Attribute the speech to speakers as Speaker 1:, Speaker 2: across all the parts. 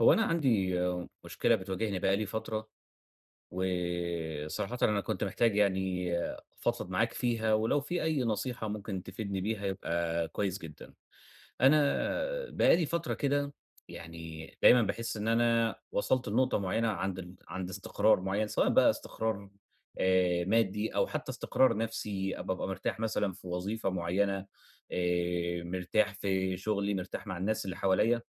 Speaker 1: هو أنا عندي مشكلة بتواجهني بقى لي فترة، وصراحةً أنا كنت محتاج يعني أفضفض معاك فيها، ولو في أي نصيحة ممكن تفيدني بيها يبقى كويس جدًا. أنا بقى لي فترة كده يعني دايمًا باحس إن أنا وصلت لنقطة معينة عند استقرار معين، سواء بقى استقرار مادي أو حتى استقرار نفسي، بابقى مرتاح مثلًا في وظيفة معينة، مرتاح في شغلي، مرتاح مع الناس اللي حواليّا.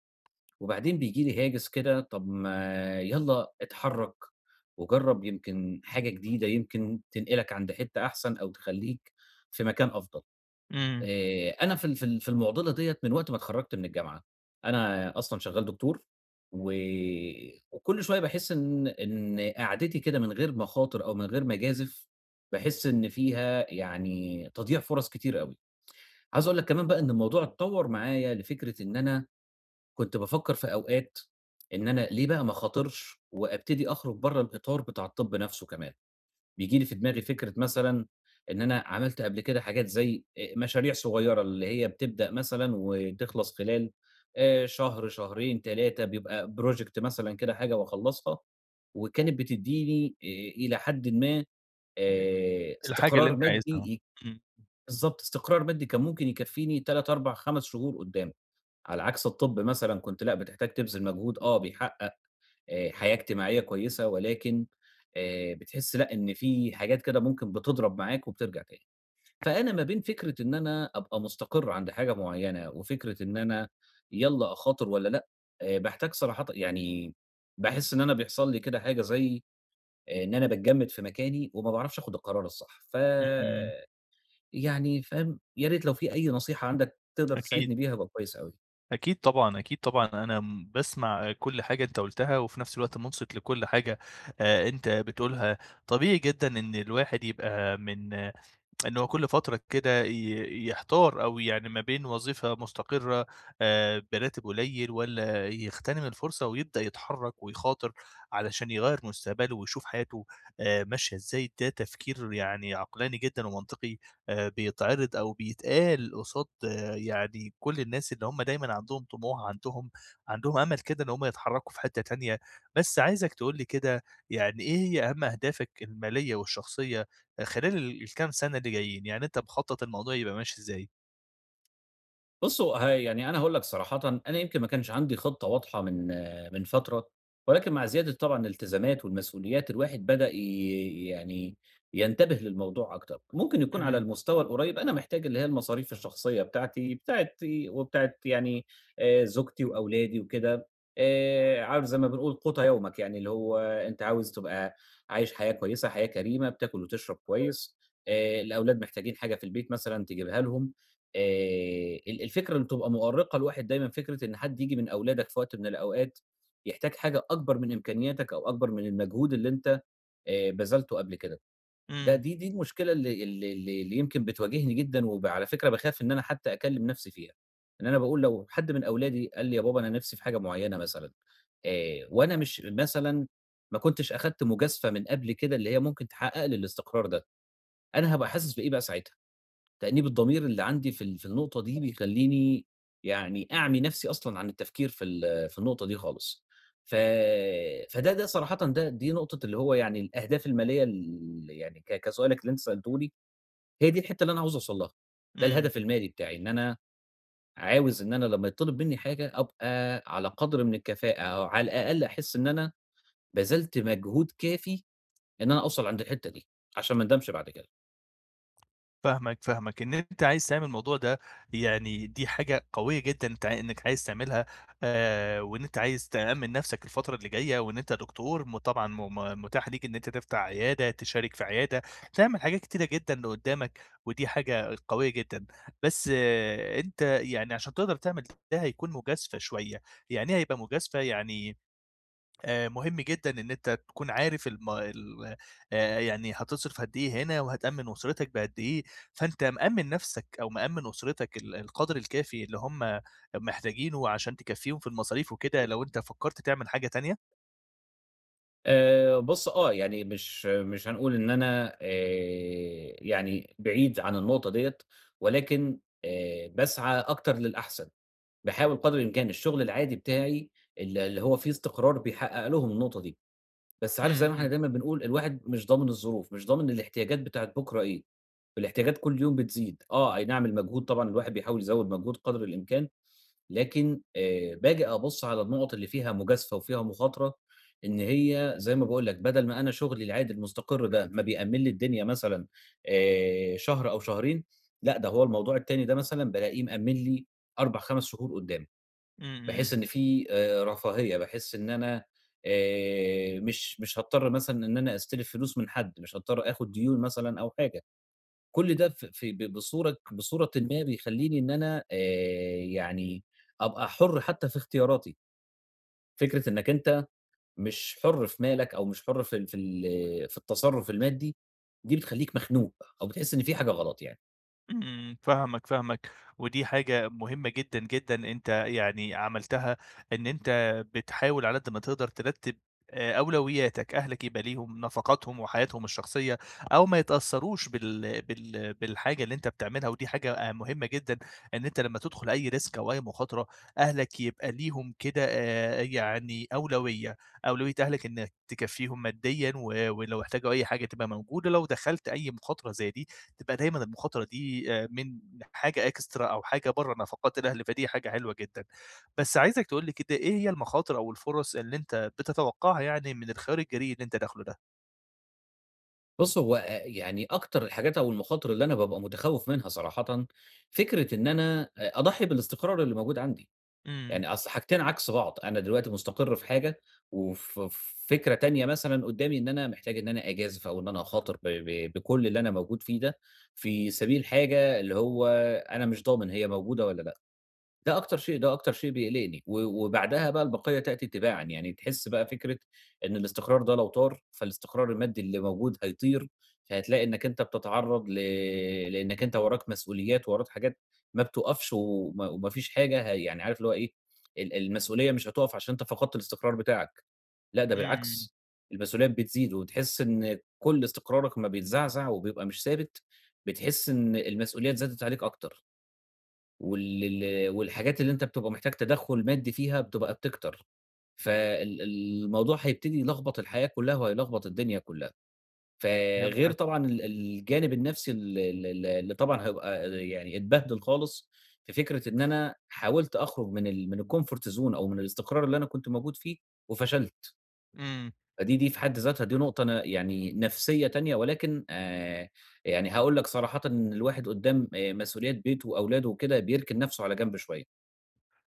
Speaker 1: وبعدين بييجي لي هاجس كده طب ما يالّا اتحرّك، وجرّب يمكن حاجة جديدة، يمكن تنقلك عند حتّة أحسن أو تخلّيك في مكان أفضل.
Speaker 2: إمم،
Speaker 1: أنا في ال في ال في المعضلة ديّة من وقت ما اتخرّجت من الجامعة، أنا أصلًا شغّال دكتور و وكل شوية باحس إن قعدتي كده من غير مخاطر أو من غير مجازف، باحس إن فيها يعني تضييع فرص كتير أوي. عايز أقول لك كمان بقى إن الموضوع اتطوّر معايا لفكرة إن أنا كنت بافكّر في أوقات إن أنا ليه بقى ما أخاطرش وأبتدي أخرج برّه الإطار بتاع الطب نفسه كمان، بييجي لي في دماغي فكرة مثلًا إن أنا عملت قبل كده حاجات زي مشاريع صغيّرة اللي هي بتبدأ مثلًا وتخلص خلال شهر، شهرين، 3، بيبقى project مثلًا كده حاجة وأخلّصها، وكانت بتدّيني إلى حدٍ ما
Speaker 2: أ الحاجة اللي
Speaker 1: استقرار
Speaker 2: أنت
Speaker 1: مادي
Speaker 2: عايزها،
Speaker 1: ي
Speaker 2: إمم،
Speaker 1: بالضبط، استقرار مادي كان ممكن يكفّيني 3، 4، 5 شهور قدّام. على عكس الطب مثلًا كنت لأ، بتحتاج تبذل مجهود، بيحقق حياة اجتماعية كويسة، ولكن بتحس لأ، إن في حاجات كده ممكن بتضرب معاك وبترجع تاني. فأنا ما بين فكرة إن أنا أبقى مستقر عند حاجة معيّنة، وفكرة إن أنا يالّا أخاطر والّا لأ، باحتاج صراحةً يعني باحس إن أنا بيحصل لي كده حاجة زي إن أنا باتجمد في مكاني وما باعرفش آخد القرار الصح.
Speaker 2: إمم،
Speaker 1: يعني فاهم، يا ريت لو في أي نصيحة عندك تقدر
Speaker 2: أكيد،
Speaker 1: تساعدني بيها هابقى كويس أوي.
Speaker 2: أكيد طبعًا، أكيد طبعًا، أنا باسمع كل حاجة أنت قُلتها، وفي نفس الوقت مُنصِت لكل حاجة أنت بتقولها، طبيعي جدًا إن الواحد يبقى إن هو كل فترة كده يحتار أو يعني ما بين وظيفة مستقرة براتب قليل، والّا يغتنم الفرصة ويبدأ يتحرّك ويخاطر علشان يغيّر مستقبله ويشوف حياته ماشية إزاي. ده تفكير يعني عقلاني جدًا ومنطقي بيتعرض أو بيتقال قصاد يعني كل الناس اللي هم دايمًا عندهم طموح، عندهم أمل كده إن هم يتحرّكوا في حتّة تانية. بس عايزك تقول لي كده يعني إيه هي أهم أهدافك المالية والشخصية خلال الكام سنة اللي جايين، يعني أنت مخطط الموضوع يبقى ماشي إزاي؟
Speaker 1: بُصّوا، يعني أنا هاقول لك صراحةً، أنا يمكن ما كانش عندي خطة واضحة من فترة، ولكن مع زيادة طبعًا الالتزامات والمسؤوليات، الواحد بدأ يعني ينتبه للموضوع أكتر. ممكن يكون على
Speaker 2: إمم،
Speaker 1: المستوى القريب أنا محتاج اللي هي المصاريف الشخصية بتاعتي، بتاعة يعني زوجتي وأولادي وكده. عارف زي ما بنقول قوت يومك، يعني اللي هو أنت عاوز تبقى عايش حياة كويسة، حياة كريمة، بتاكل وتشرب كويس. الأولاد محتاجين حاجة في البيت مثلًا تجيبها لهم. ال الفكرة اللي بتبقى مؤرقة للواحد دايمًا فكرة إن حد ييجي من أولادك في وقت من الأوقات يحتاج حاجة أكبر من إمكانياتك أو أكبر من المجهود اللي أنت بذلته قبل كده. ده
Speaker 2: إمم،
Speaker 1: دي دي المشكلة اللي يمكن بتواجهني جدًا، وعلى فكرة باخاف إن أنا حتى أكلّم نفسي فيها. إن أنا باقول لو حد من أولادي قال لي: "يا بابا أنا نفسي في حاجة معيّنة مثلًا". وأنا مش مثلًا ما كنتش أخدت مجازفة من قبل كده اللي هي ممكن تحقق لي الاستقرار ده، أنا هابقى حاسس بإيه بقى ساعتها؟ تأنيب الضمير اللي عندي في ال في النقطة دي بيخلّيني يعني أعمي نفسي أصلًا عن التفكير في ال في النقطة دي خالص. فده صراحةً دي نقطة اللي هو يعني الأهداف المالية ال يعني ك كسؤالك اللي أنت سألته لي، هي دي الحتّة اللي أنا عاوز أوصل لها. ده
Speaker 2: إمم.
Speaker 1: الهدف المالي بتاعي، إن أنا عاوز إن أنا لمّا يتطلب منّي حاجة أبقى على قدر من الكفاءة أو على الأقل أحس إن أنا بذلت مجهود كافي إن أنا أوصل عند الحتّة دي، عشان ما اندمش بعد كده.
Speaker 2: فاهمك، فاهمك، إن أنت عايز تعمل الموضوع ده، يعني دي حاجة قوية جدًا أنت إنك عايز تعملها. وإن أنت عايز تأمِّن نفسك الفترة اللي جاية، وإن أنت دكتور طبعًا م م متاح ليك إن أنت تفتح عيادة، تشارك في عيادة، تعمل حاجات كتيرة جدًا اللي قدامك، ودي حاجة قوية جدًا. بس أنت يعني عشان تقدر تعمل ده هيكون مجازفة شوية. يعني إيه هيبقى مجازفة؟ يعني مهم جدًا إن أنت تكون عارف الم ال يعني هتصرف قد إيه هنا، وهتأمّن أسرتك بقد إيه. فأنت مأمّن نفسك أو مأمّن أسرتك القدر الكافي اللي هم محتاجينه عشان تكفّيهم في المصاريف وكده لو أنت فكّرت تعمل حاجة تانية؟
Speaker 1: بُص، يعني مش هنقول إن أنا يعني بعيد عن النقطة ديّة، ولكن باسعى أكتر للأحسن، باحاول قدر الإمكان الشغل العادي بتاعي اللي هو فيه استقرار بيحقق لهم النقطة دي، بس عارف زي ما إحنا
Speaker 2: إمم،
Speaker 1: دايمًا بنقول الواحد مش ضامن الظروف، مش ضامن الاحتياجات بتاعة بُكرة إيه. والاحتياجات كل يوم بتزيد، أي نعم المجهود طبعًا الواحد بيحاول يزوّد مجهود قدر الإمكان، لكن باجي أبُص على النُقط اللي فيها مجازفة وفيها مخاطرة، إن هي زي ما باقول لك بدل ما أنا شغلي العادي المستقر ده ما بيأمِّن لي الدنيا مثلًا شهر أو شهرين، لأ ده هو الموضوع التاني ده مثلًا بالاقيه مأمِّن لي 4، 5 شهور قدّام.
Speaker 2: إمم،
Speaker 1: باحس
Speaker 2: إمم.
Speaker 1: إن في رفاهية، باحس إن أنا مش هاضطر مثلًا إن أنا أستلف فلوس من حد، مش هاضطر آخُد ديون مثلًا أو حاجة. كل ده ف في ب بصورة بصورةٍ ما بيخلّيني إن أنا يعني أبقى حُر حتى في اختياراتي، فكرة إنّك أنت مش حُر في مالك أو مش حُر في ال في ال في التصرُّف المادي، دي بتخلّيك مخنوق أو بتحس إن في حاجة غلط يعني.
Speaker 2: إمم، فاهمك، فاهمك، ودي حاجة مهمة جدًا، جدًا أنت يعني عملتها، إن أنت بتحاول على قد ما تقدر ترتّب أولوياتك، أهلك يبقى ليهم نفقاتهم وحياتهم الشخصية، أو ما يتأثّروش بالحاجة اللي أنت بتعملها، ودي حاجة مهمة جدًا، إن أنت لمّا تدخل أي risk أو أي مخاطرة، أهلك يبقى ليهم كده يعني أولوية، أولوية أهلك إنك تكفّيهم ماديًا، ولو احتاجوا أي حاجة تبقى موجودة، لو دخلت أي مخاطرة زي دي تبقى دايمًا المخاطرة دي من حاجة إكسترا أو حاجة برّه نفقات الأهل، فدي حاجة حلوة جدًا. بس عايزك تقول لي كده إيه هي المخاطر أو الفُرَص اللي أنت بتتوقّعها يعني من الخيار الجريء اللي أنت داخله ده؟
Speaker 1: بُص، هو يعني أكتر الحاجات أو المخاطر اللي أنا بابقى متخوّف منها صراحةً، فكرة إن أنا أضحّي بالاستقرار اللي موجود عندي.
Speaker 2: إمم،
Speaker 1: يعني أصل حاجتين عكس بعض، أنا دلوقتي مُستقر في حاجة، وفي فكرة تانية مثلًا قدّامي إن أنا محتاج إن أنا أجازف أو إن أنا أخاطر ب ب بكل اللي أنا موجود فيه ده، في سبيل حاجة اللي هو أنا مش ضامن هي موجودة والّا لأ. ده أكتر شيء، ده أكتر شيء بيقلقني، وبعدها بقى البقية تأتي تباعًا، يعني تحس بقى فكرة إن الاستقرار ده لو طار، فالاستقرار المادي اللي موجود هيطير، فهتلاقي إنك أنت بتتعرّض لإنك أنت وراك مسؤوليات، وراك حاجات ما بتُقفش وما فيش حاجة هي يعني عارف اللي هو إيه. المسؤولية مش هتُقف عشان أنت فقدت الاستقرار بتاعك، لأ ده
Speaker 2: إمم،
Speaker 1: بالعكس. المسؤوليات بتزيد وتحس إن كل استقرارك أمّا بيتزعزع وبيبقى مش ثابت، بتحس إن المسؤوليات زادت عليك أكتر. والحاجات اللي أنت بتبقى محتاج تدخُّل مادي فيها بتبقى بتكتر، الموضوع هيبتدي يلخبط الحياة كلّها وهيلخبط الدنيا كلّها، فغير
Speaker 2: فهمتك.
Speaker 1: طبعًا الجانب النَفْسي ال ال ال اللي طبعًا هيبقى يعني اتبهدل خالص. في فكرة إن أنا حاولت أخرُج من الcomfort zone أو من الاستقرار اللي أنا كنت موجود فيه وفشلت،
Speaker 2: إمم.
Speaker 1: فدي في حد ذاتها دي نقطة أنا يعني نَفْسية تانية ولكن يعني هاقول لك صراحةً إن الواحد قُدّام مسؤوليات بيته وأولاده وكده بيركن نَفْسه على جنب شوية.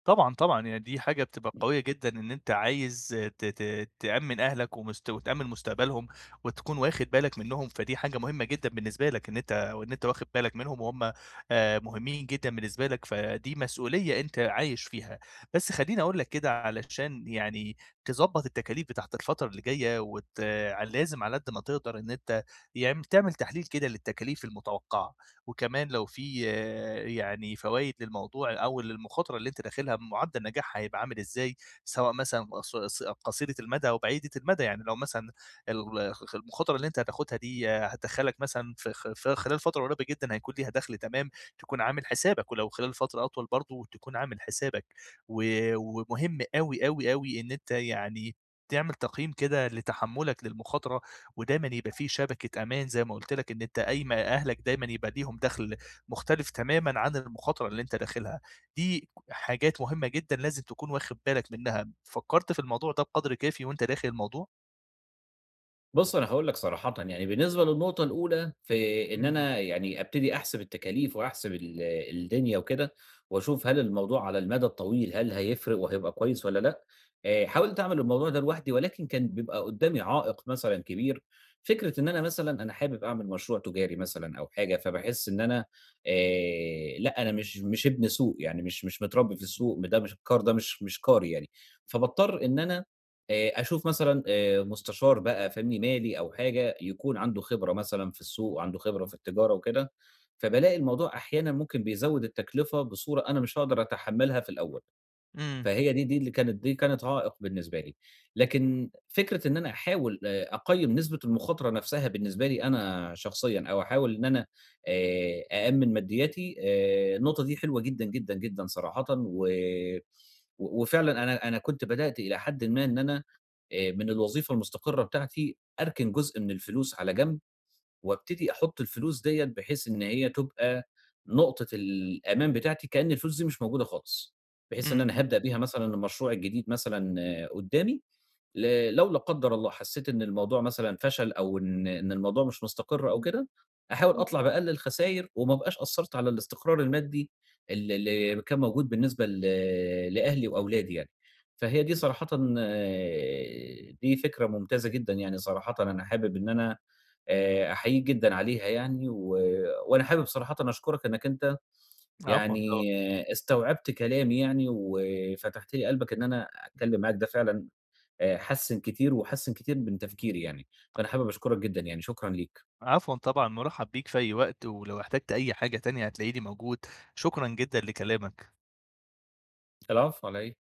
Speaker 2: طبعًا، طبعًا، يعني دي حاجة بتبقى قوية جدًا إن أنت عايز ت ت تأمِّن أهلك وتأمِّن مستقبلهم وتكون واخد بالك منّهم، فدي حاجة مهمة جدًا بالنسبة لك إن أنت، وإن أنت واخد بالك منهم وهُم مهمين جدًا بالنسبة لك، فدي مسؤولية أنت عايش فيها. بس خلّيني أقول لك كده علشان يعني تضبّط التكاليف بتاعة الفترة اللي جاية، وت آه، لازم على قد ما تقدر إن أنت تعمل تحليل كده للتكاليف المتوقعة. وكمان لو في يعني فوايد للموضوع أو للمخاطرة اللي أنتِ داخلها، معدل نجاحها هيبقى عامل إزاي، سواء مثلًا قص ص قصيرة المدى أو بعيدة المدى. يعني لو مثلًا ال خ المخاطرة اللي أنت هتاخدها دي هتدخّلك مثلًا في خلال فترة قريبة جدًا هيكون ليها دخل تمام، تكون عامل حسابك، ولو خلال فترة أطول برضه تكون عامل حسابك. و ومهم أوي، أوي، أوي إن أنت يعني تعمل تقييم كده لتحملك للمخاطرة، ودايمًا يبقى في شبكة أمان زي ما قُلت لك إن أنت قايمة أهلك دايمًا يبقى ليهم دخْل مختلف تمامًا عن المخاطرة اللي أنت داخلها. دي حاجات مهمة جدًا لازم تكون واخِد بالك منها. فكّرت في الموضوع ده بقدْر كافي وأنت داخل الموضوع؟
Speaker 1: بُص، أنا هاقول لك صراحةً، يعني بالنسبة للنقطة الأولى في إن
Speaker 2: إمم،
Speaker 1: أنا يعني أبتدي أحسب التكاليف وأحسب الدنيا وكده، وأشوف هل الموضوع على المدى الطويل هل هيفرق وهيبقى كويس والّا لأ. حاولت أعمل الموضوع ده لوحدي ولكن كان بيبقى قدامي عائق مثلًا كبير، فكرة إن أنا مثلًا أنا حابب أعمل مشروع تجاري مثلًا أو حاجة، فباحس إن أنا لأ، أنا مش ابن سوق، يعني مش متربي في السوق، ده مش الكار ده مش كاري يعني، فباضطر إن أنا أشوف مثلًا مستشار بقى فاهمني، مالي أو حاجة يكون عنده خبرة مثلًا في السوق وعنده خبرة في التجارة وكده، فبالاقي الموضوع أحيانًا ممكن بيزوّد التكلفة بصورة أنا مش هاقدر أتحمّلها في الأول.
Speaker 2: إمم،
Speaker 1: فهي دي اللي كانت دي كانت عائق بالنسبة لي، لكن فكرة إن أنا أحاول أقيّم نسبة المخاطرة نفْسها بالنسبة لي أنا شخصيًا أو أحاول إن أنا أأمِّن مادياتي. النقطة دي حلوة جدًا، جدًا، جدًا صراحةً و و وفعلًا أنا كنت بدأت إلى حدٍ ما إن أنا من الوظيفة المستقرة بتاعتي أركن جزء من الفلوس على جنب وابتدي أحُط الفلوس ديّة بحيث إن هي تبقى نقطة الأمان بتاعتي كأن الفلوس دي مش موجودة خالص، بحيث إن
Speaker 2: إمم،
Speaker 1: أنا
Speaker 2: إمم.
Speaker 1: هابدأ بيها مثلًا المشروع الجديد مثلًا قدّامي لو لا قدّر الله حسّيت إن الموضوع مثلًا فشل أو إن الموضوع مش مستقر أو كده، أحاول أطلع بأقل الخساير وما أبقاش أثّرت على الاستقرار المادي اللي كان موجود بالنسبة لأهلي وأولادي يعني. فهي دي صراحةً دي فكرة ممتازة جدًا يعني صراحةً أنا حابب إن أنا أحييك جدًا عليها يعني، وأنا حابب صراحةً أشكرك إنّك أنت
Speaker 2: عفوًا طبعًا،
Speaker 1: يعني، استوعبت كلامي يعني، وفتحت لي قلبك إن أنا أتكلّم معاك، ده فعلًا حَسِّن كتير وحَسِّن كتير من تفكيري يعني، فأنا حابب أشكرك جدًا يعني، شكرًا ليك.
Speaker 2: عفوًا طبعًا، مُرحّب بيك في أي وقت، ولو احتجت أي حاجة تانية هتلاقيني موجود، شكرًا جدًا لكلامك.
Speaker 1: العفو على إيه؟